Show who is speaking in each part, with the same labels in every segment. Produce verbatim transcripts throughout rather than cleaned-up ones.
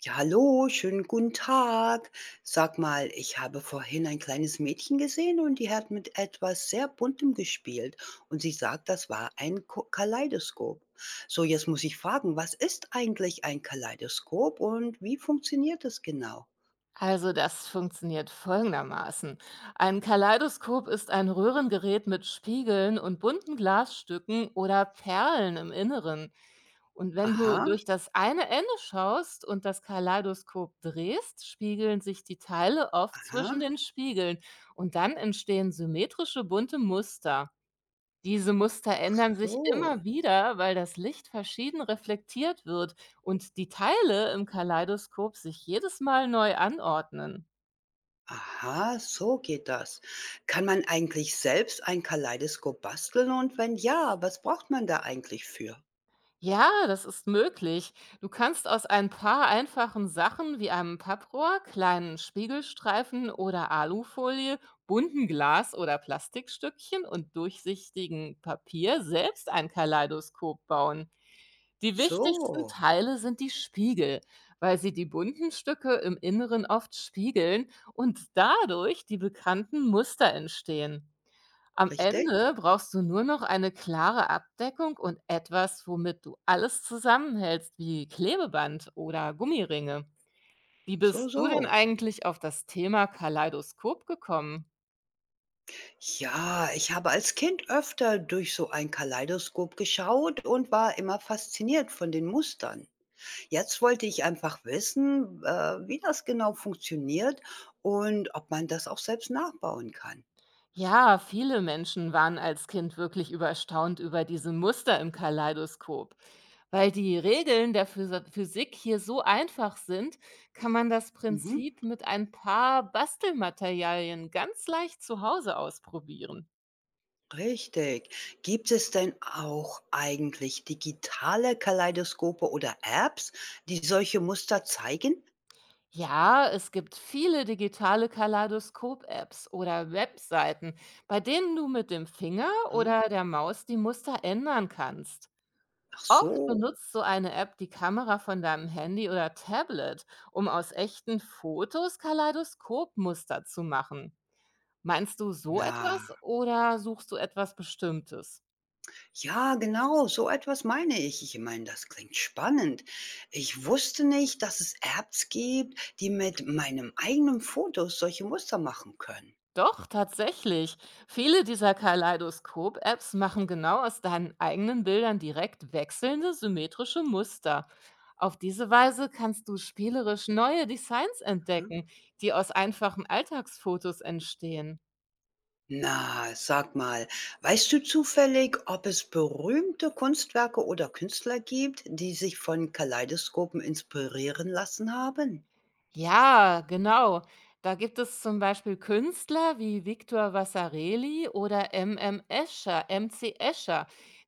Speaker 1: Ja, hallo, schönen guten Tag. Sag mal, ich habe vorhin ein kleines Mädchen gesehen und die hat mit etwas sehr Buntem gespielt und sie sagt, das war ein Ko Kaleidoskop. So, jetzt muss ich fragen, was ist eigentlich ein Kaleidoskop und wie funktioniert das genau?
Speaker 2: Also das funktioniert folgendermaßen. Ein Kaleidoskop ist ein Röhrengerät mit Spiegeln und bunten Glasstücken oder Perlen im Inneren. Und wenn du
Speaker 1: Aha,
Speaker 2: durch das eine Ende schaust und das Kaleidoskop drehst, spiegeln sich die Teile oft zwischen
Speaker 1: aha,
Speaker 2: den Spiegeln und dann entstehen symmetrische bunte Muster. Diese Muster
Speaker 1: ach
Speaker 2: ändern sich
Speaker 1: so.
Speaker 2: immer wieder, weil das Licht verschieden reflektiert wird und die Teile im Kaleidoskop sich jedes Mal neu anordnen.
Speaker 1: Aha, so geht das. Kann man eigentlich selbst ein Kaleidoskop basteln und wenn ja, was braucht man da eigentlich für?
Speaker 2: Ja, das ist möglich. Du kannst aus ein paar einfachen Sachen wie einem Papprohr, kleinen Spiegelstreifen oder Alufolie, bunten Glas- oder Plastikstückchen und durchsichtigen Papier selbst ein Kaleidoskop bauen. Die wichtigsten
Speaker 1: So,
Speaker 2: Teile sind die Spiegel, weil sie die bunten Stücke im Inneren oft spiegeln und dadurch die bekannten Muster entstehen. Am
Speaker 1: richtig?
Speaker 2: Ende brauchst du nur noch eine klare Abdeckung und etwas, womit du alles zusammenhältst, wie Klebeband oder Gummiringe. Wie
Speaker 1: So,
Speaker 2: bist du denn
Speaker 1: so.
Speaker 2: eigentlich auf das Thema Kaleidoskop gekommen?
Speaker 1: Ja, ich habe als Kind öfter durch so ein Kaleidoskop geschaut und war immer fasziniert von den Mustern. Jetzt wollte ich einfach wissen, äh, wie das genau funktioniert und ob man das auch selbst nachbauen kann.
Speaker 2: Ja, viele Menschen waren als Kind wirklich überstaunt über diese Muster im Kaleidoskop. Weil die Regeln der Physi- Physik hier so einfach sind, kann man das
Speaker 1: Mhm,
Speaker 2: Prinzip mit ein paar Bastelmaterialien ganz leicht zu Hause ausprobieren.
Speaker 1: richtig. Gibt es denn auch eigentlich digitale Kaleidoskope oder Apps, die solche Muster zeigen?
Speaker 2: Ja, es gibt viele digitale Kaleidoskop-Apps oder Webseiten, bei denen du mit dem Finger
Speaker 1: Hm?
Speaker 2: oder der Maus die Muster ändern kannst.
Speaker 1: Ach
Speaker 2: Oft
Speaker 1: so.
Speaker 2: benutzt so eine App die Kamera von deinem Handy oder Tablet, um aus echten Fotos Kaleidoskopmuster zu machen. Meinst du so
Speaker 1: Na,
Speaker 2: etwas oder suchst du etwas Bestimmtes?
Speaker 1: ja, genau, so etwas meine ich. Ich meine, das klingt spannend. Ich wusste nicht, dass es Apps gibt, die mit meinem eigenen Fotos solche Muster machen können.
Speaker 2: Doch, tatsächlich. Viele dieser Kaleidoskop-Apps machen genau aus deinen eigenen Bildern direkt wechselnde symmetrische Muster. Auf diese Weise kannst du spielerisch neue Designs
Speaker 1: Aha.
Speaker 2: entdecken, die aus einfachen Alltagsfotos entstehen.
Speaker 1: Na, sag mal, weißt du zufällig, ob es berühmte Kunstwerke oder Künstler gibt, die sich von Kaleidoskopen inspirieren lassen haben?
Speaker 2: Ja, genau. Da gibt es zum Beispiel Künstler wie Victor Vasarely oder M. M. Escher, M C Escher,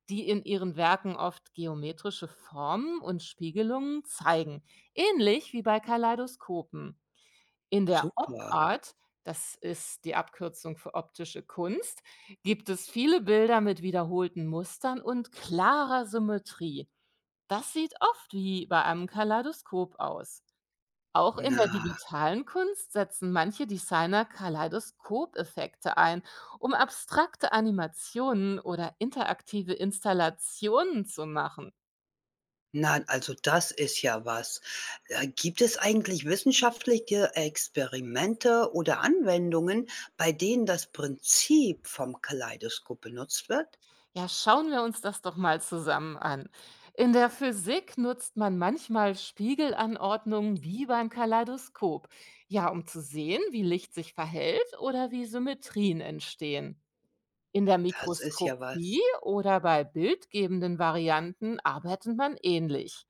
Speaker 2: die in ihren Werken oft geometrische Formen und Spiegelungen zeigen, ähnlich wie bei Kaleidoskopen. In der Op
Speaker 1: Super.
Speaker 2: Art, das ist die Abkürzung für optische Kunst, gibt es viele Bilder mit wiederholten Mustern und klarer Symmetrie. Das sieht oft wie bei einem Kaleidoskop aus. Auch in
Speaker 1: Na,
Speaker 2: der digitalen Kunst setzen manche Designer Kaleidoskopeffekte ein, um abstrakte Animationen oder interaktive Installationen zu machen.
Speaker 1: na, also das ist ja was. Äh, gibt es eigentlich wissenschaftliche Experimente oder Anwendungen, bei denen das Prinzip vom Kaleidoskop benutzt wird?
Speaker 2: Ja, schauen wir uns das doch mal zusammen an. In der Physik nutzt man manchmal Spiegelanordnungen wie beim Kaleidoskop, ja, um zu sehen, wie Licht sich verhält oder wie Symmetrien entstehen. In der
Speaker 1: Das ist ja
Speaker 2: Mikroskopie
Speaker 1: was.
Speaker 2: oder bei bildgebenden Varianten arbeitet man ähnlich.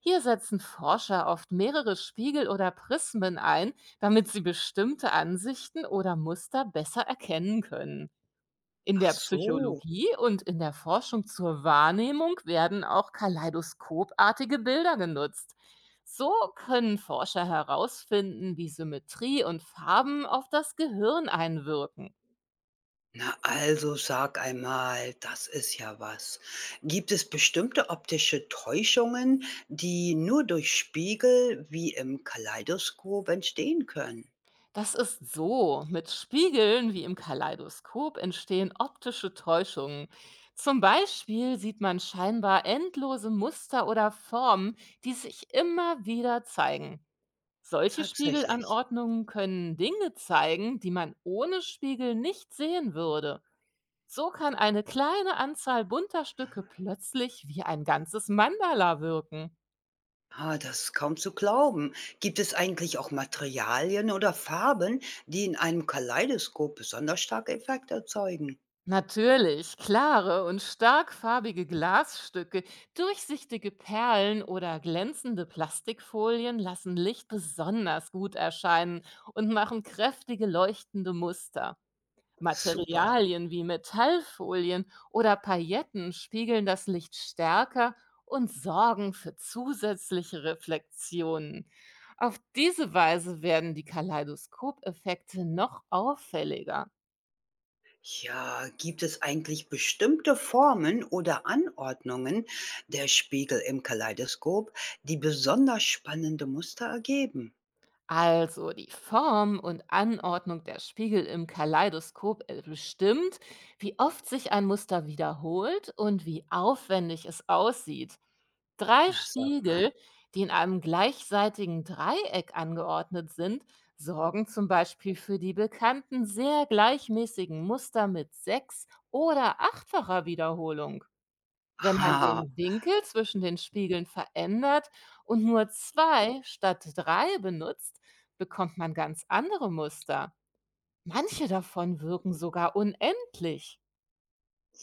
Speaker 2: Hier setzen Forscher oft mehrere Spiegel oder Prismen ein, damit sie bestimmte Ansichten oder Muster besser erkennen können. In
Speaker 1: Ach
Speaker 2: der
Speaker 1: so.
Speaker 2: Psychologie und in der Forschung zur Wahrnehmung werden auch kaleidoskopartige Bilder genutzt. So können Forscher herausfinden, wie Symmetrie und Farben auf das Gehirn einwirken.
Speaker 1: Na, also sag einmal, das ist ja was. Gibt es bestimmte optische Täuschungen, die nur durch Spiegel wie im Kaleidoskop entstehen können?
Speaker 2: Das ist so. Mit Spiegeln wie im Kaleidoskop entstehen optische Täuschungen. Zum Beispiel sieht man scheinbar endlose Muster oder Formen, die sich immer wieder zeigen. Solche
Speaker 1: Tatsächlich.
Speaker 2: Spiegelanordnungen können Dinge zeigen, die man ohne Spiegel nicht sehen würde. So kann eine kleine Anzahl bunter Stücke plötzlich wie ein ganzes Mandala wirken.
Speaker 1: Ah, das ist kaum zu glauben. Gibt es eigentlich auch Materialien oder Farben, die in einem Kaleidoskop besonders starke Effekte erzeugen?
Speaker 2: Natürlich, klare und stark farbige Glasstücke, durchsichtige Perlen oder glänzende Plastikfolien lassen Licht besonders gut erscheinen und machen kräftige leuchtende Muster.
Speaker 1: Super.
Speaker 2: Materialien wie Metallfolien oder Pailletten spiegeln das Licht stärker und sorgen für zusätzliche Reflexionen. Auf diese Weise werden die Kaleidoskopeffekte noch auffälliger.
Speaker 1: Ja, gibt es eigentlich bestimmte Formen oder Anordnungen der Spiegel im Kaleidoskop, die besonders spannende Muster ergeben?
Speaker 2: Also die Form und Anordnung der Spiegel im Kaleidoskop äh, bestimmt, wie oft sich ein Muster wiederholt und wie aufwendig es aussieht. Drei
Speaker 1: Na, sag mal.
Speaker 2: Spiegel, die in einem gleichseitigen Dreieck angeordnet sind, sorgen zum Beispiel für die bekannten sehr gleichmäßigen Muster mit sechs- oder achtfacher Wiederholung. Wenn man
Speaker 1: Ah,
Speaker 2: den Winkel zwischen den Spiegeln verändert und nur zwei statt drei benutzt, bekommt man ganz andere Muster. Manche davon wirken sogar unendlich.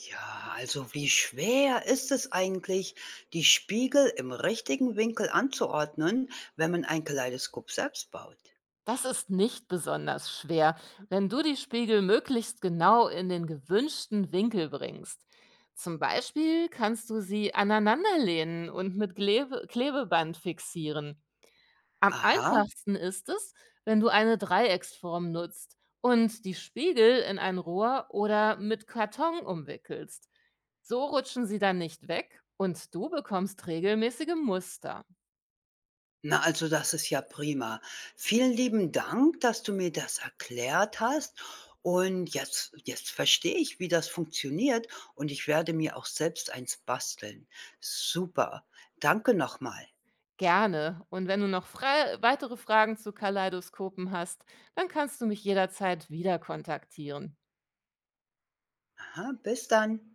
Speaker 1: ja, also wie schwer ist es eigentlich, die Spiegel im richtigen Winkel anzuordnen, wenn man ein Kaleidoskop selbst baut?
Speaker 2: Das ist nicht besonders schwer, wenn du die Spiegel möglichst genau in den gewünschten Winkel bringst. Zum Beispiel kannst du sie aneinanderlehnen und mit Glebe Klebeband fixieren. Am
Speaker 1: Aha,
Speaker 2: einfachsten ist es, wenn du eine Dreiecksform nutzt und die Spiegel in ein Rohr oder mit Karton umwickelst. So rutschen sie dann nicht weg und du bekommst regelmäßige Muster.
Speaker 1: na, also das ist ja prima. Vielen lieben Dank, dass du mir das erklärt hast. Und jetzt jetzt verstehe ich, wie das funktioniert und ich werde mir auch selbst eins basteln. Super. Danke nochmal.
Speaker 2: Gerne. Und wenn du noch frei weitere Fragen zu Kaleidoskopen hast, dann kannst du mich jederzeit wieder kontaktieren.
Speaker 1: Aha, bis dann.